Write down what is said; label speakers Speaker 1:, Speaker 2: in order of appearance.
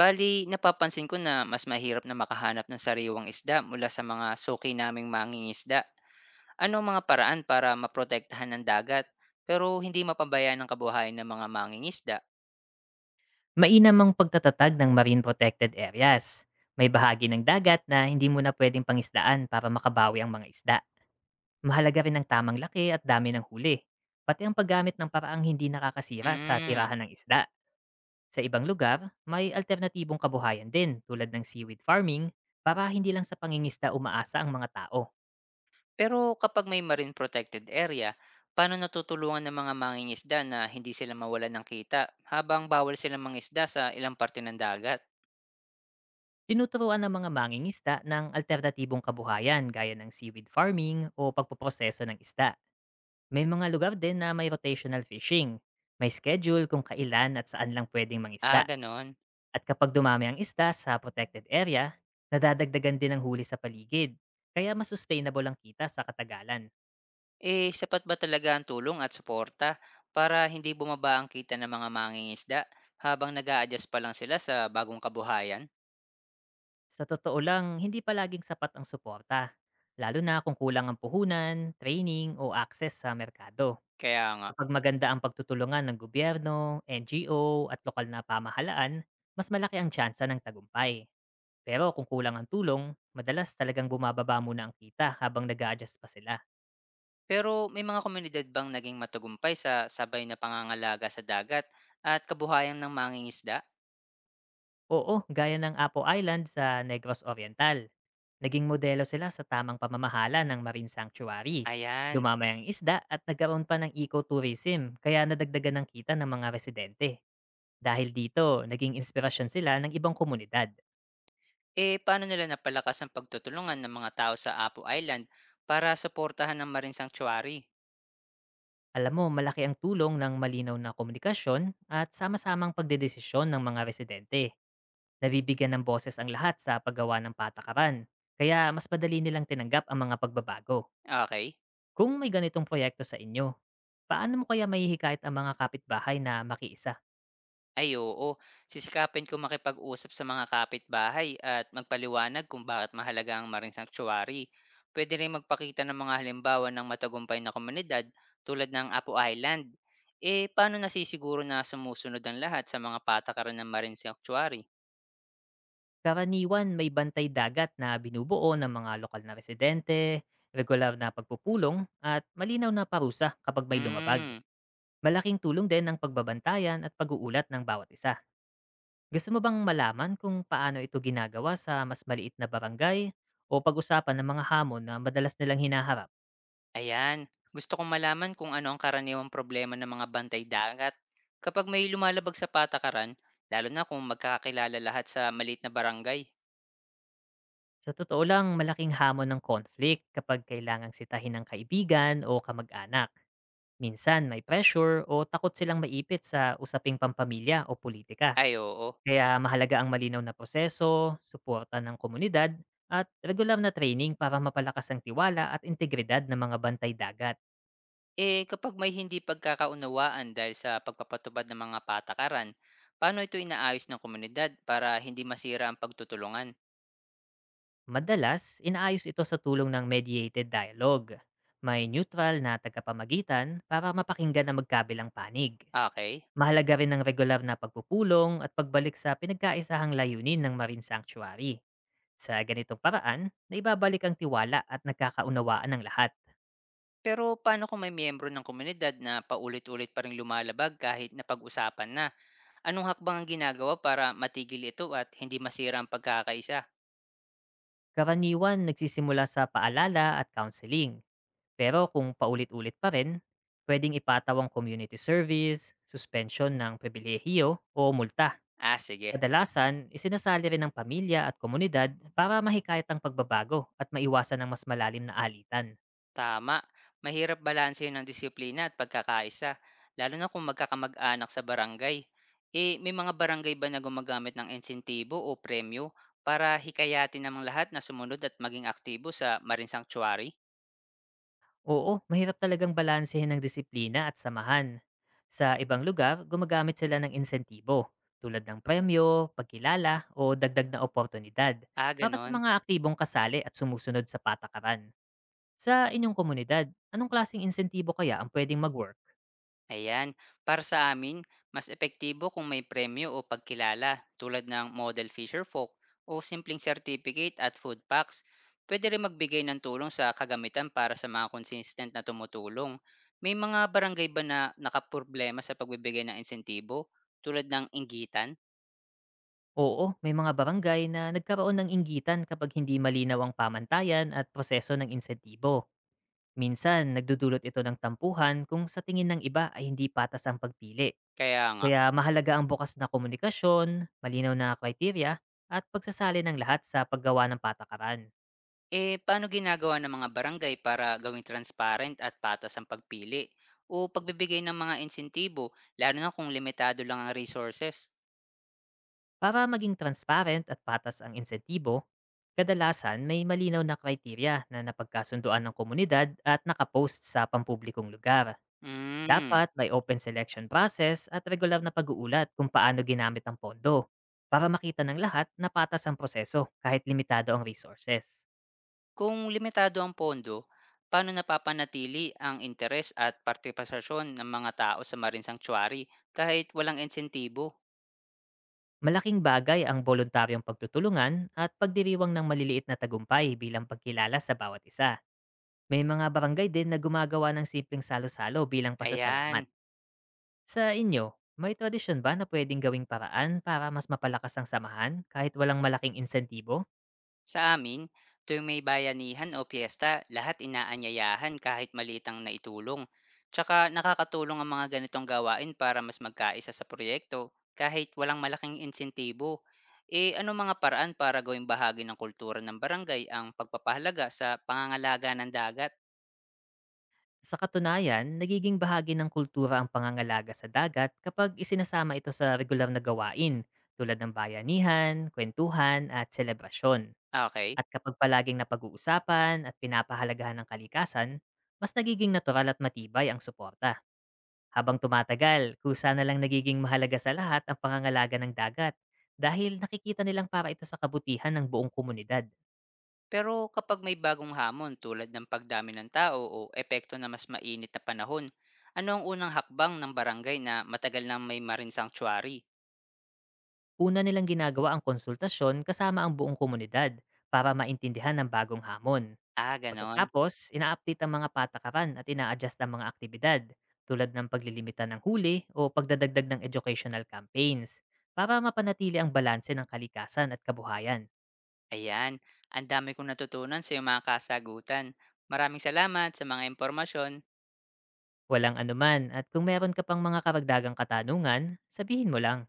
Speaker 1: Bali, napapansin ko na mas mahirap na makahanap ng sariwang isda mula sa mga suki naming mangingisda. Ano ang mga paraan para maprotektahan ng dagat pero hindi mapabayaan ang kabuhayan ng mga mangingisda?
Speaker 2: Mainam ang pagtatatag ng marine protected areas. May bahagi ng dagat na hindi mo na pwedeng pangisdaan para makabawi ang mga isda. Mahalaga rin ang tamang laki at dami ng huli, pati ang paggamit ng paraang hindi nakakasira sa
Speaker 1: Mm.
Speaker 2: tirahan ng isda. Sa ibang lugar, may alternatibong kabuhayan din tulad ng seaweed farming para hindi lang sa pangingisda umaasa ang mga tao.
Speaker 1: Pero kapag may marine protected area, paano natutulungan ng mga mangingisda na hindi sila mawalan ng kita habang bawal silang mangisda sa ilang parte ng dagat?
Speaker 2: Tinuturuan ng mga mangingisda ng alternatibong kabuhayan gaya ng seaweed farming o pagpoproseso ng isda. May mga lugar din na may rotational fishing. May schedule kung kailan at saan lang pwedeng
Speaker 1: Ah,
Speaker 2: mangisda.
Speaker 1: ganon.
Speaker 2: At kapag dumami ang isda sa protected area, nadadagdagan din ang huli sa paligid. Kaya mas sustainable ang kita sa katagalan.
Speaker 1: Eh, sapat ba talaga ang tulong at suporta para hindi bumaba ang kita ng mga mangingisda habang nag adjust pa lang sila sa bagong kabuhayan?
Speaker 2: Sa totoo lang, hindi palaging sapat ang suporta. Lalo na kung kulang ang puhunan, training o access sa merkado.
Speaker 1: Kaya nga.
Speaker 2: Kapag maganda ang pagtutulungan ng gobyerno, NGO at lokal na pamahalaan, mas malaki ang tsansa ng tagumpay. Pero kung kulang ang tulong, madalas talagang bumababa muna ang kita habang nag adjust pa sila.
Speaker 1: Pero may mga komunidad bang naging matagumpay sa sabay na pangangalaga sa dagat at kabuhayan ng mangingisda?
Speaker 2: Oo, gaya ng Apo Island sa Negros Oriental. Naging modelo sila sa tamang pamamahala ng marine sanctuary.
Speaker 1: Ayan.
Speaker 2: Dumamay ang isda at nagkaroon pa ng ecotourism kaya nadagdagan ng kita ng mga residente. Dahil dito, naging inspirasyon sila ng ibang komunidad.
Speaker 1: Eh, paano nila napalakas ang pagtutulungan ng mga tao sa Apo Island para suportahan ng Marine Sanctuary?
Speaker 2: Alam mo, malaki ang tulong ng malinaw na komunikasyon at sama-samang pagdedesisyon ng mga residente. Nabibigyan ng boses ang lahat sa paggawa ng patakaran, kaya mas madali nilang tinanggap ang mga pagbabago.
Speaker 1: Okay.
Speaker 2: Kung may ganitong proyekto sa inyo, paano mo kaya mahihikayat ang mga kapitbahay na makiisa?
Speaker 1: Ay oo, sisikapin ko makipag-usap sa mga kapitbahay at magpaliwanag kung bakit mahalaga ang Marine Sanctuary. Pwede rin magpakita ng mga halimbawa ng matagumpay na komunidad tulad ng Apo Island. Eh, paano nasisiguro na sumusunod ang lahat sa mga patakaran ng Marine Sanctuary?
Speaker 2: Karaniwan may bantay dagat na binubuo ng mga lokal na residente, regular na pagpupulong, at malinaw na parusa kapag may lumabag.
Speaker 1: Hmm,
Speaker 2: Malaking tulong din ang pagbabantayan at pag-uulat ng bawat isa. Gusto mo bang malaman kung paano ito ginagawa sa mas maliit na barangay o pag-usapan ng mga hamon na madalas nilang hinaharap?
Speaker 1: ayan. Gusto kong malaman kung ano ang karaniwang problema ng mga bantay dagat. Kapag may lumalabag sa patakaran, lalo na kung magkakakilala lahat sa maliit na barangay.
Speaker 2: Sa totoo lang, malaking hamon ng conflict kapag kailangang sitahin ng kaibigan o kamag-anak. Minsan may pressure o takot silang maipit sa usaping pampamilya o politika.
Speaker 1: Ay oo.
Speaker 2: Kaya mahalaga ang malinaw na proseso, suporta ng komunidad, at regular na training para mapalakas ang tiwala at integridad ng mga bantay dagat.
Speaker 1: Eh, kapag may hindi pagkakaunawaan dahil sa pagpapatubad ng mga patakaran, paano ito inaayos ng komunidad para hindi masira ang pagtutulungan?
Speaker 2: Madalas, inaayos ito sa tulong ng mediated dialogue. May neutral na tagapamagitan para mapakinggan ang magkabilang panig.
Speaker 1: Okay.
Speaker 2: Mahalaga rin ang regular na pagpupulong at pagbalik sa pinagkaisahang layunin ng Marine Sanctuary. Sa ganitong paraan, naibabalik ang tiwala at nagkakaunawaan ng lahat.
Speaker 1: Pero paano kung may miyembro ng komunidad na paulit-ulit pa rin lumalabag kahit napag-usapan na? Anong hakbang ang ginagawa para matigil ito at hindi masira ang pagkakaisa?
Speaker 2: Karaniwan nagsisimula sa paalala at counseling, pero kung paulit-ulit pa rin, pwedeng ipataw ang community service, suspension ng pribilehiyo o multa.
Speaker 1: Ah, sige.
Speaker 2: Kadalasan, isinasali rin ng pamilya at komunidad para mahikayat ang pagbabago at maiwasan ang mas malalim na alitan.
Speaker 1: Tama. Mahirap balansehin ang disiplina at pagkakaisa, lalo na kung magkakamag-anak sa barangay. Eh, may mga barangay ba na gumagamit ng insentibo o premyo para hikayatin namang lahat na sumunod at maging aktibo sa Marine Sanctuary?
Speaker 2: Oo, mahirap talagang balansehin ng disiplina at samahan. Sa ibang lugar, gumagamit sila ng insentibo tulad ng premyo, pagkilala o dagdag na oportunidad
Speaker 1: Ah,
Speaker 2: para sa
Speaker 1: ganon.
Speaker 2: mga aktibong kasali at sumusunod sa patakaran. Sa inyong komunidad, anong klaseng insentibo kaya ang pwedeng mag.
Speaker 1: Ayan, para sa amin, mas epektibo kung may premyo o pagkilala tulad ng Model Fisher Folk o simpleng certificate at food packs. Pwede rin magbigay ng tulong sa kagamitan para sa mga consistent na tumutulong. May mga barangay ba na nakaproblema sa pagbibigay ng insentibo tulad ng inggitan?
Speaker 2: Oo, may mga barangay na nagkaroon ng inggitan kapag hindi malinaw ang pamantayan at proseso ng insentibo. Minsan, nagdudulot ito ng tampuhan kung sa tingin ng iba ay hindi patas ang pagpili.
Speaker 1: Kaya nga,
Speaker 2: Kaya mahalaga ang bukas na komunikasyon, malinaw na kriteriya, at pagsasali ng lahat sa paggawa ng patakaran.
Speaker 1: eh paano ginagawa ng mga barangay para gawing transparent at patas ang pagpili o pagbibigay ng mga insentibo lalo na kung limitado lang ang resources?
Speaker 2: Para maging transparent at patas ang insentibo, kadalasan may malinaw na kriteriya na napagkasunduan ng komunidad at nakapost sa pampublikong lugar.
Speaker 1: Hmm,
Speaker 2: Dapat may open selection process at regular na pag-uulat kung paano ginamit ang pondo para makita ng lahat na patas ang proseso kahit limitado ang resources.
Speaker 1: kung limitado ang pondo, paano napapanatili ang interes at partipasasyon ng mga tao sa Marine Sanctuary kahit walang insentibo?
Speaker 2: Malaking bagay ang voluntaryong pagtutulungan at pagdiriwang ng maliliit na tagumpay bilang pagkilala sa bawat isa. May mga barangay din na gumagawa ng simpleng salo-salo bilang
Speaker 1: Ayan,
Speaker 2: pasasalamat. Sa inyo, may tradisyon ba na pwedeng gawing paraan para mas mapalakas ang samahan kahit walang malaking insentibo?
Speaker 1: sa amin, tuwing may bayanihan o piyesta, lahat inaanyayahan kahit maliit ang naitulong. Tsaka nakakatulong ang mga ganitong gawain para mas magkaisa sa proyekto kahit walang malaking insentibo. Eh, ano mga paraan para gawing bahagi ng kultura ng barangay ang pagpapahalaga sa pangangalaga ng dagat?
Speaker 2: Sa katunayan, nagiging bahagi ng kultura ang pangangalaga sa dagat kapag isinasama ito sa regular na gawain tulad ng bayanihan, kwentuhan at selebrasyon.
Speaker 1: Okay.
Speaker 2: At kapag palaging napag-uusapan at pinapahalagahan ng kalikasan, mas nagiging natural at matibay ang suporta. Habang tumatagal, kusa na lang nagiging mahalaga sa lahat ang pangangalaga ng dagat dahil nakikita nilang para ito sa kabutihan ng buong komunidad.
Speaker 1: Pero kapag may bagong hamon tulad ng pagdami ng tao o epekto na mas mainit na panahon, ano ang unang hakbang ng barangay na matagal nang may marine sanctuary?
Speaker 2: Una nilang ginagawa ang konsultasyon kasama ang buong komunidad para maintindihan ang bagong hamon.
Speaker 1: Ah, gano'n.
Speaker 2: Pagkatapos, ina-update ang mga patakaran at ina-adjust ang mga aktibidad tulad ng paglilimita ng huli o pagdadagdag ng educational campaigns para mapanatili ang balanse ng kalikasan at kabuhayan.
Speaker 1: Ayan, ang dami kong natutunan sa iyong mga kasagutan. Maraming salamat sa mga impormasyon.
Speaker 2: Walang anuman at kung meron ka pang mga karagdagang katanungan, sabihin mo lang.